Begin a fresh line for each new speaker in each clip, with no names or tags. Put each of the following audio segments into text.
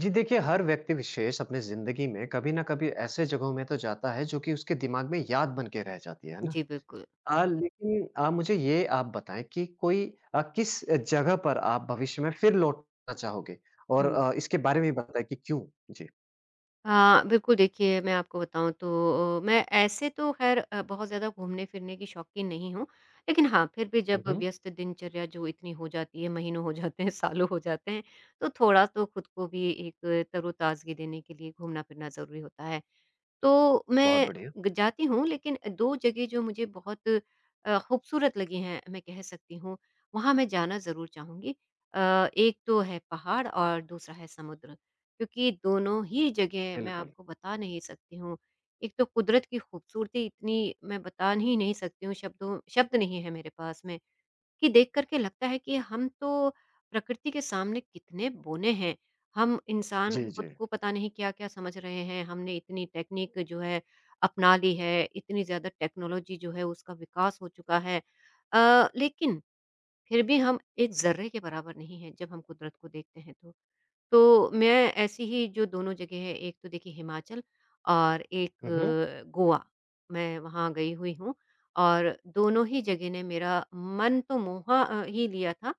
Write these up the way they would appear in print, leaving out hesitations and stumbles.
जी देखिए, हर व्यक्ति विशेष अपनी ज़िंदगी में कभी न कभी ऐसे जगहों में तो जाता है जो कि उसके दिमाग में याद बन के रह जाती है ना?
जी, बिल्कुल।
हाँ। लेकिन मुझे ये आप बताएँ कि कोई किस जगह पर आप भविष्य में फिर लौटना चाहोगे? और
हुँ।
इसके बारे में भी बताएँ कि क्यों? जी।
हाँ, बिल्कुल देखिए मैं आपको बताऊँ तो मैं ऐसे तो ख़ैर बहुत ज़्यादा घूमने-फिरने की शौकीन नहीं हूँ। लेकिन हाँ, फिर भी
हुँ,
जब
हुँ।
व्यस्त दिनचर्या जो इतनी हो जाती है, महीनों हो जाते हैं, सालों हो जाते हैं, तो थोड़ा तो खुद को भी एक तरोताज़गी देने के लिए घूमना-फिरना ज़रूरी होता है। तो
बहुत
मैं
बढ़िया।
ग जाती हूँ लेकिन 2 जगह जो मुझे बहुत खूबसूरत लगी हैं मैं कह सकती हूँ, वहाँ मैं जाना ज़रूर चाहूँगी। अ, एक तो है पहाड़ और दूसरा है समुद्र, क्योंकि दोनों ही जगह मैं
बिल्कुल।
आपको बता नहीं सकती हूँ। एक तो कुदरत की खूबसूरती इतनी मैं बता ही नहीं सकती हूँ शब्द नहीं है मेरे पास में। कि देख करके लगता है कि हम तो प्रकृति के सामने कितने बोने हैं। हम इंसान
जी, जी।
खुद को पता नहीं क्या-क्या समझ रहे हैं, हमने इतनी टेक्निक जो है अपना ली है, इतनी ज़्यादा टेक्नोलॉजी जो है उसका विकास हो चुका है। लेकिन फिर भी हम एक ज़र्रे के बराबर नहीं हैं, जब हम कुदरत को देखते हैं तो। तो मैं ऐसी ही जो दोनों जगह है, एक तो देखिए हिमाचल और एक
हुँ, हुँ।
गोवा, मैं वहाँ गई हुई हूँ और दोनों ही जगह ने मेरा मन तो मोहा ही लिया था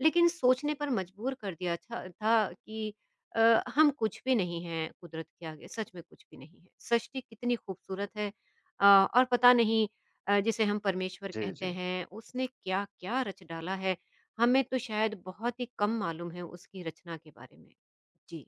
लेकिन सोचने पर मजबूर कर दिया था कि हम कुछ भी नहीं हैं कुदरत के आगे, सच में कुछ भी नहीं है। सृष्टि कितनी खूबसूरत है और पता नहीं जिसे हम परमेश्वर
जी,
कहते
जी।
हैं, उसने क्या-क्या रच डाला है। हमें तो शायद बहुत ही कम मालूम है उसकी रचना के बारे में। जी,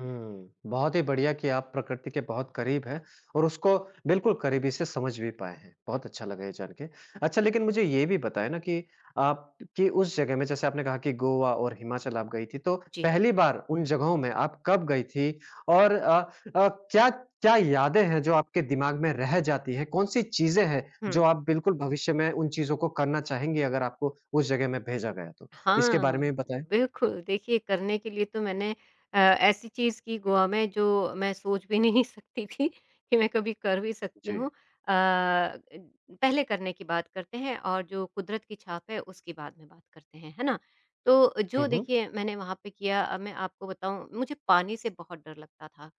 हुँ। बहुत ही बढ़िया कि आप प्रकृति के बहुत करीब हैं और उसको बिल्कुल करीबी से समझ भी पाए हैं। बहुत अच्छा लगा ये जान के। अच्छा लेकिन मुझे ये भी बताएँ ना कि आप कि उस जगह में जैसे आपने कहा कि गोवा और हिमाचल आप गई थी, तो
जी।
पहली बार उन जगहों में आप कब गई थी? और क्या क्या यादें हैं जो आपके दिमाग में रह जाती हैं? कौन-सी चीज़ें हैं जो
हुँ।
आप बिल्कुल भविष्य में उन चीज़ों को करना चाहेंगी अगर आपको उस जगह में भेजा गया तो? इसके बारे
हाँ,
में भी बताएँ।
बिल्कुल। देखिए, करने के लिए तो मैंने ऐसी चीज़ की गोवा में जो मैं सोच भी नहीं सकती थी कि मैं कभी कर भी सकती
जी।
हूँ। पहले करने की बात करते हैं और जो कुदरत की छाप है उसकी बाद में बात करते हैं, है ना? तो जो
हुँ, हुँ।
देखिए मैंने वहाँ पे किया मैं आपको बताऊँ मुझे पानी से बहुत डर लगता था।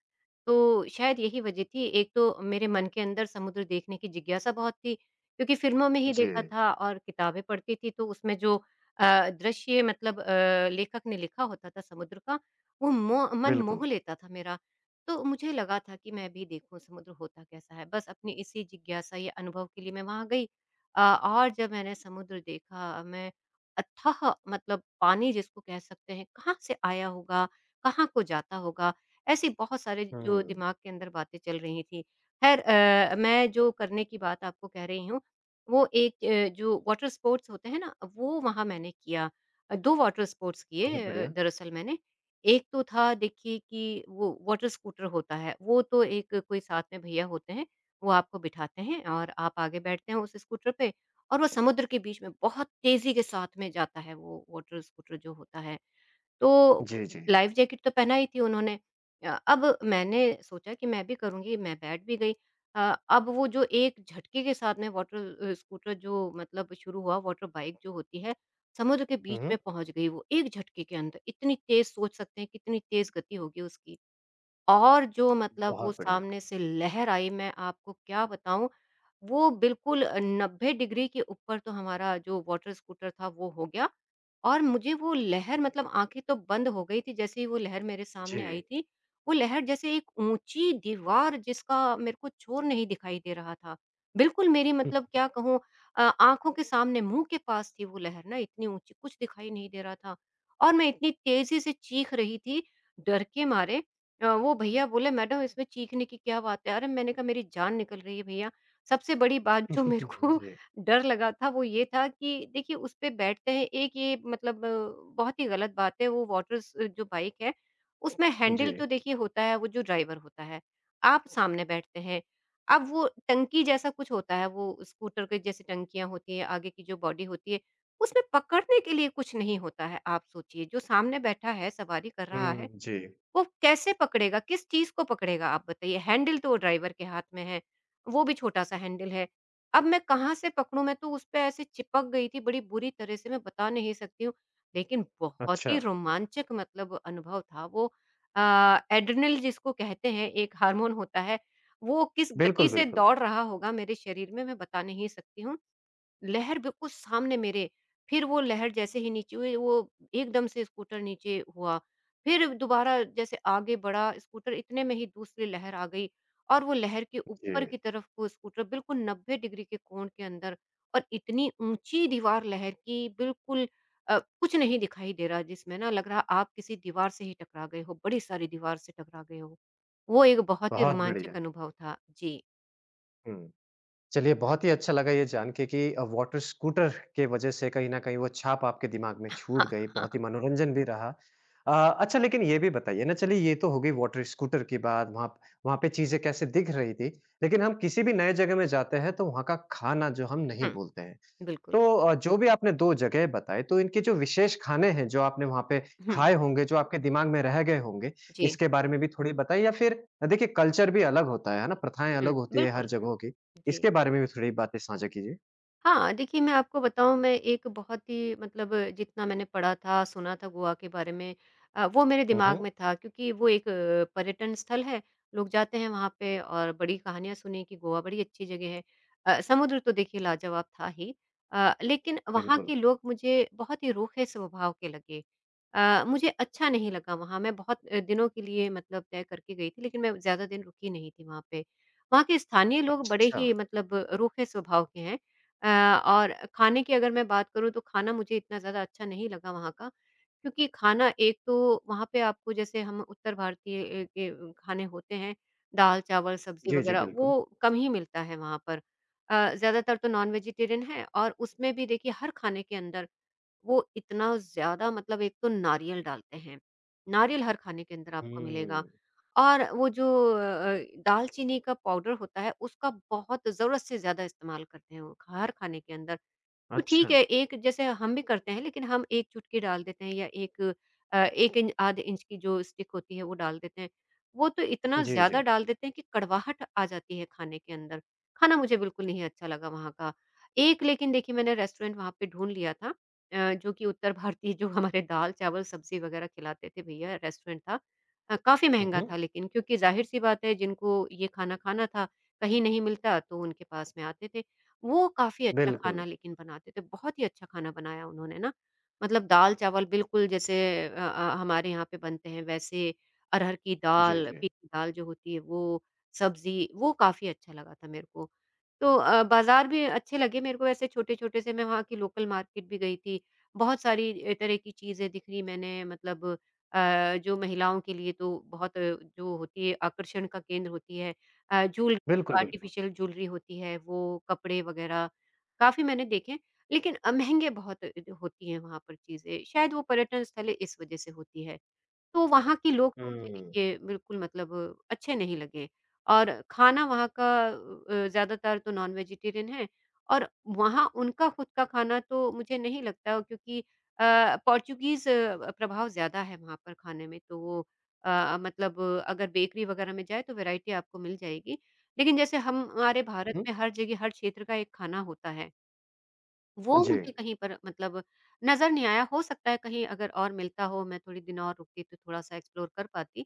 तो शायद यही वजह थी, एक तो मेरे मन के अंदर समुद्र देखने की जिज्ञासा बहुत थी, क्योंकि फ़िल्मों में ही
जी,
देखा था और किताबें पढ़ती थी तो उसमें जो दृश्य मतलब लेखक ने लिखा होता था समुद्र का, वो मो मन
बिल्कुल।
मोह लेता था मेरा। तो मुझे लगा था कि मैं भी देखूँ समुद्र होता कैसा है, बस अपनी इसी जिज्ञासा या अनुभव के लिए मैं वहाँ गई। और जब मैंने समुद्र देखा, मैं अथाह मतलब पानी जिसको कह सकते हैं, कहाँ से आया होगा, कहाँ को जाता होगा? ऐसी बहुत सारे जो
हुँ।
दिमाग के अंदर बातें चल रही थी। ख़ैर मैं जो करने की बात आपको कह रही हूँ, वो एक जो वाटर स्पोर्ट्स होते हैं ना, वो वहाँ मैंने किया। अ, 2 वाटर स्पोर्ट्स
बहुत
किए
बढ़िया।
दरअसल मैंने। एक तो था देखिए कि वो वाटर स्कूटर होता है, वो तो एक कोई साथ में भैया होते हैं, वो आपको बिठाते हैं और आप आगे बैठते हैं उस स्कूटर पे और वो समुद्र के बीच में बहुत तेज़ी के साथ में जाता है वो वाटर स्कूटर जो होता है। तो
जी, जी।
लाइफ जैकेट तो पहना ही थी उन्होंने। अब मैंने सोचा कि मैं भी करूँगी, मैं बैठ भी गई। अ, अब वो जो एक झटके के साथ में वाटर स्कूटर जो मतलब शुरू हुआ, वाटर बाइक जो होती है, समुद्र के बीच
हुँ,
में पहुँच गई वो, एक झटके के अंदर। इतनी तेज़ सोच सकते हैं कितनी तेज़ गति होगी उसकी और जो मतलब वो
बहुत बढ़िया।
सामने से लहर आई, मैं आपको क्या बताऊँ वो बिल्कुल 90 डिग्री के ऊपर तो हमारा जो वाटर स्कूटर था वो हो गया और मुझे वो लहर मतलब आँखें तो बंद हो गई थी जैसे ही वो लहर मेरे सामने आई
जी।
थी। वो लहर जैसे एक ऊँची दीवार जिसका मेरे को छोर नहीं दिखाई दे रहा था। बिल्कुल मेरी मतलब क्या कहूँ आँखों के सामने मुँह के पास थी वो लहर ना इतनी ऊँची, कुछ दिखाई नहीं दे रहा था और मैं इतनी तेज़ी से चीख रही थी डर के मारे। वो भैया बोले मैडम इसमें चीखने की क्या बात है? अरे मैंने कहा मेरी जान निकल रही है भैया। सबसे बड़ी बात जो मेरे को
जी,
डर लगा था वो ये था कि देखिए उस पे बैठते हैं एक ये मतलब बहुत ही गलत बात है वो वाटर जो बाइक है उसमें हैंडल
जी।
तो देखिए होता है वो जो ड्राइवर होता है आप सामने बैठते हैं अब वो टंकी जैसा कुछ होता है वो स्कूटर के जैसे टंकियां होती है आगे की जो बॉडी होती है उसमें पकड़ने के लिए कुछ नहीं होता है आप सोचिए जो सामने बैठा है सवारी कर रहा है
हुँ, जी।
वो कैसे पकड़ेगा? किस चीज़ को पकड़ेगा आप बताइए? हैंडल तो ड्राइवर के हाथ में है, वो भी छोटा-सा हैंडल है। अब मैं कहाँ से पकड़ूँ? मैं तो उस पे ऐसे चिपक गई थी बड़ी बुरी तरह से मैं बता नहीं सकती हूँ। लेकिन बहुत
अच्छा,
ही रोमांचक मतलब अनुभव था वो। एड्रेनल जिसको कहते हैं एक हार्मोन होता है, वो किस गति
बिल्कुल,
से
बिल्कुल।
दौड़ रहा होगा मेरे शरीर में मैं बता नहीं सकती हूँ। लहर बिल्कुल सामने मेरे, फिर वो लहर जैसे ही नीचे हुई वो एकदम से स्कूटर नीचे हुआ, फिर दोबारा जैसे आगे बढ़ा स्कूटर इतने में ही दूसरी लहर आ गई और वो लहर के ऊपर
जी,
की तरफ को स्कूटर बिल्कुल 90 डिग्री के कोण के अंदर और इतनी ऊँची दीवार लहर की बिल्कुल कुछ नहीं दिखाई दे रहा जिसमें ना लग रहा आप किसी दीवार से ही टकरा गए हो, बड़ी सारी दीवार से टकरा गए हो। वो एक बहुत ही
बहुत बढ़िया।
रोमांचक अनुभव था। जी।
हुँ, चलिए बहुत ही अच्छा लगा ये जान के कि वाटर स्कूटर के वजह से कहीं न कहीं वो छाप आपके दिमाग में छूट गई, बहुत ही मनोरंजन भी रहा। अ, अच्छा लेकिन ये भी बताइए ना चलिए ये तो हो गई वाटर स्कूटर की बात, वहाँ वहाँ पे चीज़ें कैसे दिख रही थी। लेकिन हम किसी भी नए जगह में जाते हैं तो वहाँ का खाना जो हम नहीं
हुँ,
भूलते हैं।
बिल्कुल।
तो जो भी आपने 2 जगह बताए, तो इनके जो विशेष खाने हैं, जो आपने वहाँ पे
हुँ,
खाए होंगे, जो आपके दिमाग में रह गए होंगे,
जी।
इसके बारे में भी थोड़ी बताइए? या फिर देखिए कल्चर भी अलग होता है ना? प्रथाएँ
हुँ,
अलग होती है हर
बिल्कुल,
जगहों की।
जी।
इसके बारे में भी थोड़ी बातें साझा कीजिए।
हाँ, देखिए मैं आपको बताऊँ मैं एक बहुत ही मतलब जितना मैंने पढ़ा था, सुना था गोवा के बारे में वो मेरे
हुँ,
दिमाग
हुँ।
में था क्योंकि वो एक पर्यटन स्थल है, लोग जाते हैं वहाँ पे और बड़ी कहानियाँ सुनी कि गोवा बड़ी अच्छी जगह है। समुद्र तो देखिए लाजवाब था ही लेकिन वहाँ
बिल्कुल।
के लोग मुझे बहुत ही रूखे स्वभाव के लगे। मुझे अच्छा नहीं लगा वहाँ, मैं बहुत दिनों के लिए मतलब तय करके गई थी लेकिन मैं ज़्यादा दिन रुकी नहीं थी वहाँ पे। वहाँ के स्थानीय लोग बड़े
अच्छा।
ही मतलब रूखे स्वभाव के हैं। अ, और खाने की अगर मैं बात करूँ तो खाना मुझे इतना ज़्यादा अच्छा नहीं लगा वहाँ का क्योंकि खाना एक तो वहाँ पे आपको जैसे हम उत्तर भारतीय के खाने होते हैं दाल चावल सब्जी
जी, जी,
वगैरह
बिल्कुल।
वो कम ही मिलता है वहाँ पर ज़्यादातर तो नॉन वेजिटेरियन है और उसमें भी देखिए हर खाने के अंदर वो इतना ज़्यादा मतलब एक तो नारियल डालते हैं, नारियल हर खाने के अंदर आपको मिलेगा
हुँ।
और वो जो दालचीनी का पाउडर होता है उसका बहुत ज़रूरत से ज़्यादा इस्तेमाल करते हैं वो हर खाने के अंदर। तो ठीक
अच्छा।
है, एक जैसे हम भी करते हैं लेकिन हम 1 चुटकी डाल देते हैं या 1 इंच आध इंच की जो स्टिक होती है वो डाल देते हैं। वो तो इतना
जी, जी।
ज़्यादा डाल देते हैं कि कड़वाहट आ जाती है खाने के अंदर। खाना मुझे बिल्कुल नहीं अच्छा लगा वहाँ का। एक लेकिन देखिए मैंने रेस्टोरेंट वहाँ पे ढूँढ लिया था जो कि उत्तर भारतीय जो हमारे दाल-चावल, सब्ज़ी वग़ैरह खिलाते थे भैया रेस्टोरेंट था। काफ़ी
हुँ,
महँगा था
हुँ।
लेकिन क्योंकि ज़ाहिर-सी बात है जिनको ये खाना खाना था, कहीं नहीं मिलता तो उनके पास में आते थे। वो काफ़ी अच्छा
बिल्कुल।
खाना लेकिन बनाते थे, बहुत ही अच्छा खाना बनाया उन्होंने ना। मतलब दाल-चावल बिल्कुल जैसे हमारे यहाँ पे बनते हैं वैसे, अरहर की
जी,
दाल,
जी।
पीली दाल जो होती है वो, सब्ज़ी, वो काफ़ी अच्छा लगा था मेरे को। तो बाज़ार भी अच्छे लगे मेरे को ऐसे छोटे-छोटे से मैं वहाँ की लोकल मार्केट भी गई थी, बहुत सारी तरह की चीज़ें दिख रही मैंने मतलब जो महिलाओं के लिए तो बहुत जो होती है आकर्षण का केंद्र होती है झूले
बिल्कुल, बिल्कुल।
आर्टिफिशियल ज्वेलरी होती है, वो कपड़े वगैरह काफ़ी मैंने देखे हैं। लेकिन महँगे बहुत होती हैं वहाँ पर चीज़ें, शायद वो पर्यटन स्थल इस वज़ह से होती है। तो वहाँ के लोग तो मुझे
हुँ।
देखिए बिल्कुल मतलब अच्छे नहीं लगे और खाना वहाँ का ज़्यादातर तो नॉन वेजिटेरियन है और वहाँ उनका खुद का खाना तो मुझे नहीं लगता क्योंकि पोर्चुगीज़ प्रभाव ज़्यादा है वहाँ पर खाने में तो वो मतलब अगर बेकरी वगैरह में जाए तो वैरायटी आपको मिल जाएगी। लेकिन जैसे हम हमारे भारत
हुँ।
में हर जगह हर क्षेत्र का एक खाना होता है। वो
जी।
मुझे कहीं पर मतलब नज़र नहीं आया, हो सकता है कहीं अगर और मिलता हो, मैं थोड़ी दिन और रुकती तो थोड़ा-सा एक्सप्लोर कर पाती।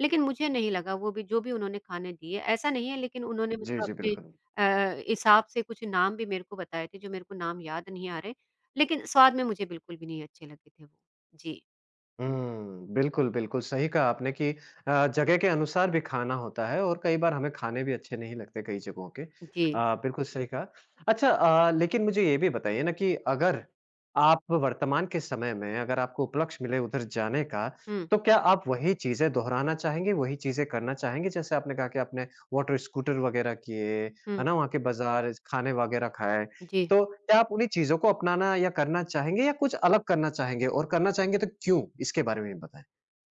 लेकिन मुझे नहीं लगा वो भी जो भी उन्होंने खाने दिए ऐसा नहीं है लेकिन उन्होंने
जी,
मतलब
जी,
अपने
बिल्कुल।
हिसाब से कुछ नाम भी मेरे को बताए थे जो मेरे को नाम याद नहीं आ रहे, लेकिन स्वाद में मुझे बिल्कुल भी नहीं अच्छे लगे थे वो। जी,
हुँ, बिल्कुल, बिल्कुल, सही कहा आपने कि जगह के अनुसार भी खाना होता है और कई बार हमें खाने भी अच्छे नहीं लगते कई जगहों के।
जी।
बिल्कुल सही कहा। अच्छा लेकिन मुझे ये भी बताइए ना कि अगर आप वर्तमान के समय में अगर आपको उपलक्ष्य मिले उधर जाने का,
हुँ,
तो क्या आप वही चीज़ें दोहराना चाहेंगे, वही चीज़ें करना चाहेंगे? जैसे आपने कहा कि आपने वाटर स्कूटर वगैरह किए,
हुँ,
है ना? वहाँ के बाज़ार, खाने वगैरह खाए।
जी।
तो क्या आप उन्हीं चीज़ों को अपनाना या करना चाहेंगे या कुछ अलग करना चाहेंगे? और करना चाहेंगे तो क्यों? इसके बारे में भी बताएँ।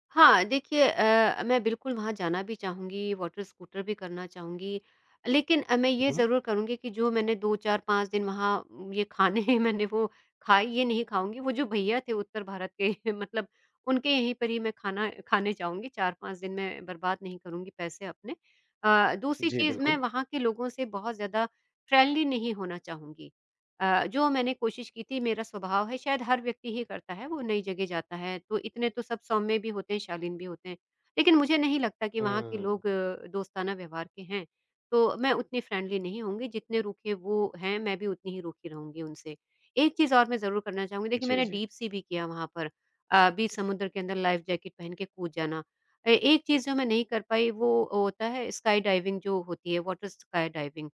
हाँ, देखिए मैं बिल्कुल वहाँ जाना भी चाहूँगी, वाटर स्कूटर भी करना चाहूँगी। लेकिन मैं ये
हुँ।
ज़रूर करूँगी कि जो मैंने 2, 4, 5 दिन वहाँ ये खाने मैंने वो खाए, ये नहीं खाऊँगी। वो जो भैया थे उत्तर भारत के मतलब उनके यहीं पर ही मैं खाना खाने जाऊँगी, 4-5 दिन मैं बर्बाद नहीं करूँगी पैसे अपने। दूसरी
जी,
चीज़ मैं
बिल्कुल।
वहाँ के लोगों से बहुत ज़्यादा फ्रेंडली नहीं होना चाहूँगी। जो मैंने कोशिश की थी मेरा स्वभाव है शायद हर व्यक्ति ही करता है, वो नई जगह जाता है तो इतने तो सब सौम्य भी होते हैं, शालीन भी होते हैं। लेकिन मुझे नहीं लगता कि वहाँ के
हुँ,
लोग दोस्ताना व्यवहार के हैं, तो मैं उतनी फ्रेंडली नहीं होंगी जितने रूखे वो हैं, मैं भी उतनी ही रूखी रहूँगी उनसे। एक चीज़ और मैं ज़रूर करना चाहूँगी देखिए
जी,
मैंने
जी।
डीप सी भी किया वहाँ पर बीच समुद्र के अंदर लाइफ़ जैकेट पहन के कूद जाना। एक चीज़ जो मैं नहीं कर पाई वो होता है स्काई डाइविंग जो होती है, वाटर स्काई डाइविंग।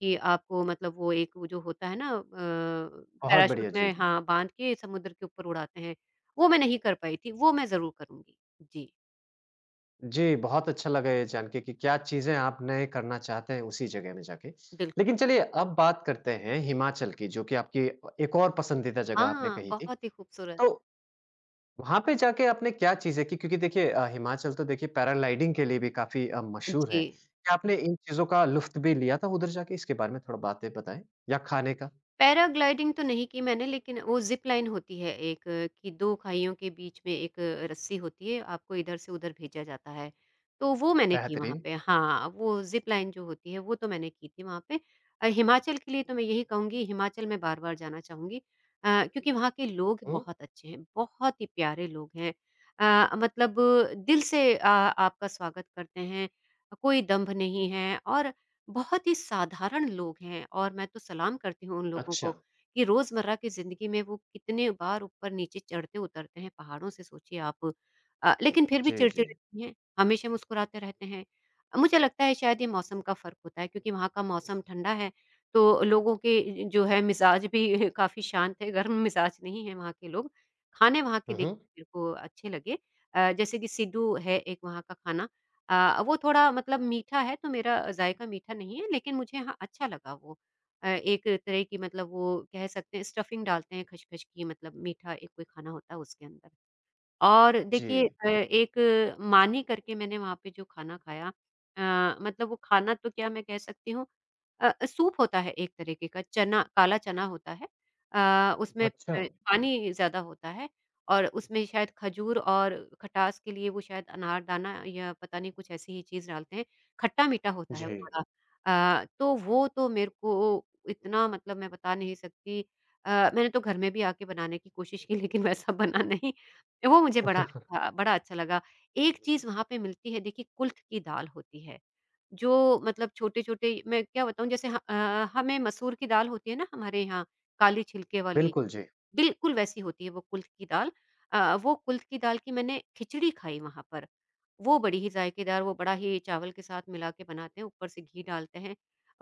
कि आपको मतलब वो एक वो जो होता है ना
बहुत
पैराशूट
बढ़िया, जी,
में
जी।
हाँ, बाँध के समुद्र के ऊपर उड़ाते हैं, वो मैं नहीं कर पाई थी, वो मैं ज़रूर करूँगी। जी,
जी, बहुत अच्छा लगा ये जान के कि क्या चीज़ें आप नए करना चाहते हैं उसी जगह में जाके।
बिल्कुल।
लेकिन चलिए अब बात करते हैं हिमाचल की जो कि आपकी एक और पसंदीदा जगह आपने
हाँ,
कही थी।
बहुत ही खूबसूरत।
तो वहाँ पे जाके आपने क्या चीज़ें की क्योंकि देखिए हिमाचल तो देखिए पैराग्लाइडिंग के लिए भी काफ़ी मशहूर
जी।
है। क्या आपने इन चीज़ों का लुफ़्त भी लिया था उधर जाके? इसके बारे में थोड़ा बातें बताएँ या खाने का?
पैराग्लाइडिंग तो नहीं की मैंने लेकिन वो ज़िप लाइन होती है एक कि 2 खाइयों के बीच में एक रस्सी होती है, आपको इधर से उधर भेजा जाता है। तो वो मैंने की वहाँ
बेहतरीन।
पे हाँ, वो ज़िप लाइन जो होती है वो तो मैंने की थी वहाँ पे। हिमाचल के लिए तो मैं यही कहूँगी हिमाचल मैं बार-बार जाना चाहूँगी क्योंकि वहाँ के लोग
हुँ,
बहुत अच्छे हैं, बहुत ही प्यारे लोग हैं। मतलब दिल से आपका स्वागत करते हैं, कोई दंभ नहीं है और बहुत ही साधारण लोग हैं और मैं तो सलाम करती हूँ उन लोगों को
अच्छा।
कि रोजमर्रा की जिंदगी में वो कितने बार ऊपर नीचे चढ़ते उतरते हैं पहाड़ों से सोचिए आप लेकिन फिर भी
जी, जी।
चिड़चिड़े नहीं हैं हमेशा मुस्कुराते रहते हैं मुझे लगता है शायद ये मौसम का फर्क होता है क्योंकि वहाँ का मौसम ठंडा है तो लोगों के जो है मिजाज भी काफी शांत है गर्म मिजाज नहीं है वहाँ के लोग खाने वहाँ के
हुँ,
देखिए
हुँ।
मेरे को अच्छे लगे जैसे कि सिड्डू है एक वहाँ का खाना वो थोड़ा मतलब मीठा है तो मेरा जायका मीठा नहीं है लेकिन मुझे हाँ अच्छा लगा वो। एक तरह की मतलब वो कह सकते हैं स्टफिंग डालते हैं खचखच की मतलब मीठा एक कोई खाना होता है उसके अंदर। और देखिए
जी।
एक मानी करके मैंने वहाँ पे जो खाना खाया मतलब वो खाना तो क्या मैं कह सकती हूँ सूप होता है एक तरीके का, चना काला चना होता है। उसमें
अच्छा।
पानी ज़्यादा होता है और उसमें शायद खजूर और खटास के लिए वो शायद अनारदाना या पता नहीं कुछ ऐसी ही चीज़ डालते हैं। खट्टा-मीठा होता है वो
जी,
बड़ा। तो वो तो मेरे को इतना मतलब मैं बता नहीं सकती। अ, मैंने तो घर में भी आके बनाने की कोशिश की लेकिन वैसा बना नहीं। वो मुझे बड़ा अच्छा लगा। एक चीज़ वहाँ पे मिलती है देखिए कुल्थ की दाल होती है। जो मतलब छोटे-छोटे मैं क्या बताऊँ जैसे हमें मसूर की दाल होती है ना हमारे यहाँ, काली छिलके वाली,
बिल्कुल जी।
बिल्कुल वैसी होती है वो कुल्थ की दाल। वो कुल्थ की दाल की मैंने खिचड़ी खाई वहाँ पर। वो बड़ी ही जायकेदार वो बड़ा ही चावल के साथ मिला के बनाते हैं, ऊपर से घी डालते हैं।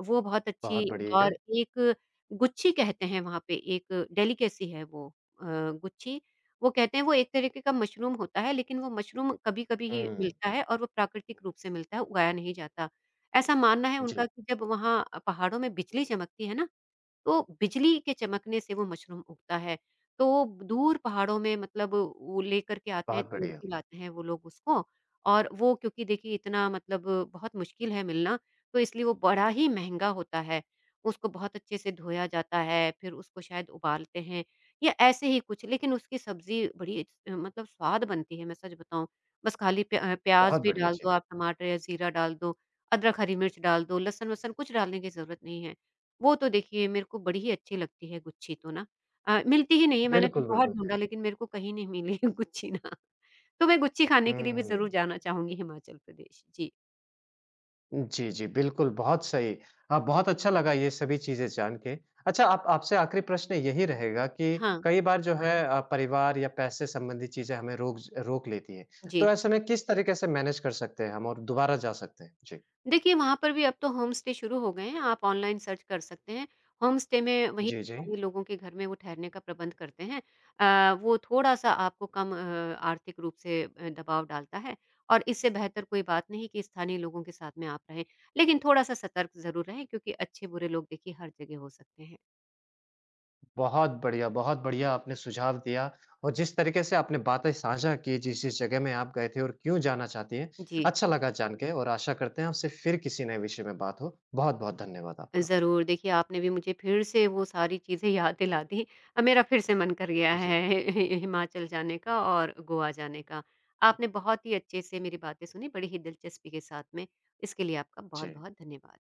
वो बहुत अच्छी
बहुत बढ़िया।
और एक गुच्ची कहते हैं वहाँ पे एक डेलिकेसी है वो गुच्ची। वो कहते हैं वो एक तरीके का मशरूम होता है लेकिन वो मशरूम कभी-कभी ही
हुँ,
मिलता है और वो प्राकृतिक रूप से मिलता है, उगाया नहीं जाता। ऐसा मानना है
जी।
उनका कि जब वहाँ पहाड़ों में बिजली चमकती है ना, तो बिजली के चमकने से वो मशरूम उगता है। तो वो दूर पहाड़ों में मतलब वो लेकर के आते हैं,
बहुत
तोड़
बढ़िया,
के लाते हैं वो लोग उसको और वो क्योंकि देखिए इतना मतलब बहुत मुश्किल है मिलना, तो इसलिए वो बड़ा ही महँगा होता है। उसको बहुत अच्छे से धोया जाता है, फिर उसको शायद उबालते हैं या ऐसे ही कुछ। लेकिन उसकी सब्ज़ी बड़ी मतलब स्वाद बनती है, मैं सच बताऊँ। बस खाली प्याज़
बहुत
भी
बढ़िया।
डाल दो
जी।
आप, टमाटर या ज़ीरा डाल दो, अदरक, हरी मिर्च डाल दो, लहसुन-वहसुन कुछ डालने की ज़रूरत नहीं है। वो तो देखिए मेरे को बड़ी ही अच्छी लगती है गुच्छी तो ना। मिलती ही नहीं है मैंने तो
बिल्कुल,
बहुत
बिल्कुल। जी।
ढूँढा लेकिन मेरे को कहीं नहीं मिली गुच्छी ना। तो मैं गुच्छी खाने के लिए भी ज़रूर
हुँ।
जाना चाहूँगी हिमाचल प्रदेश। जी।
जी, जी, बिल्कुल, बहुत सही। बहुत अच्छा लगा ये सभी चीज़ें जान के। अच्छा आप आपसे आखिरी प्रश्न यही रहेगा कि
हाँ,
कई बार जो है परिवार या पैसे संबंधी चीज़ें हमें रोक लेती हैं। तो
जी।
ऐसे में किस तरीके से मैनेज कर सकते हैं हम और दोबारा जा सकते हैं? जी।
देखिए, वहाँ पर भी अब तो होम स्टे शुरू हो गए हैं, आप ऑनलाइन सर्च कर सकते हैं। होम स्टे में वहीं
जी, जी।
स्थानीय लोगों के घर में वो ठहरने का प्रबंध करते हैं। वो थोड़ा-सा आपको कम आर्थिक रूप से दबाव डालता है और इससे बेहतर कोई बात नहीं कि स्थानीय लोगों के साथ में आप रहें। लेकिन थोड़ा-सा सतर्क ज़रूर रहें क्योंकि अच्छे-बुरे लोग देखिए हर जगह हो सकते हैं।
बहुत बढ़िया आपने सुझाव दिया और जिस तरीके से आपने बातें साझा की, जिस-जिस जगह में आप गए थे और क्यों जाना चाहती हैं,
जी।
अच्छा लगा जान के और आशा करते हैं आपसे फिर किसी नए विषय में बात हो। बहुत-बहुत धन्यवाद आपका।
ज़रूर, देखिए आपने भी मुझे फिर से वो सारी चीज़ें याद दिला दी। अब मेरा फिर से मन कर गया
जी,
है हि हिमाचल जाने का और गोवा जाने का। आपने बहुत ही अच्छे से मेरी बातें सुनी, बड़ी ही दिलचस्पी के साथ में। इसके लिए आपका
जी।
बहुत-बहुत धन्यवाद।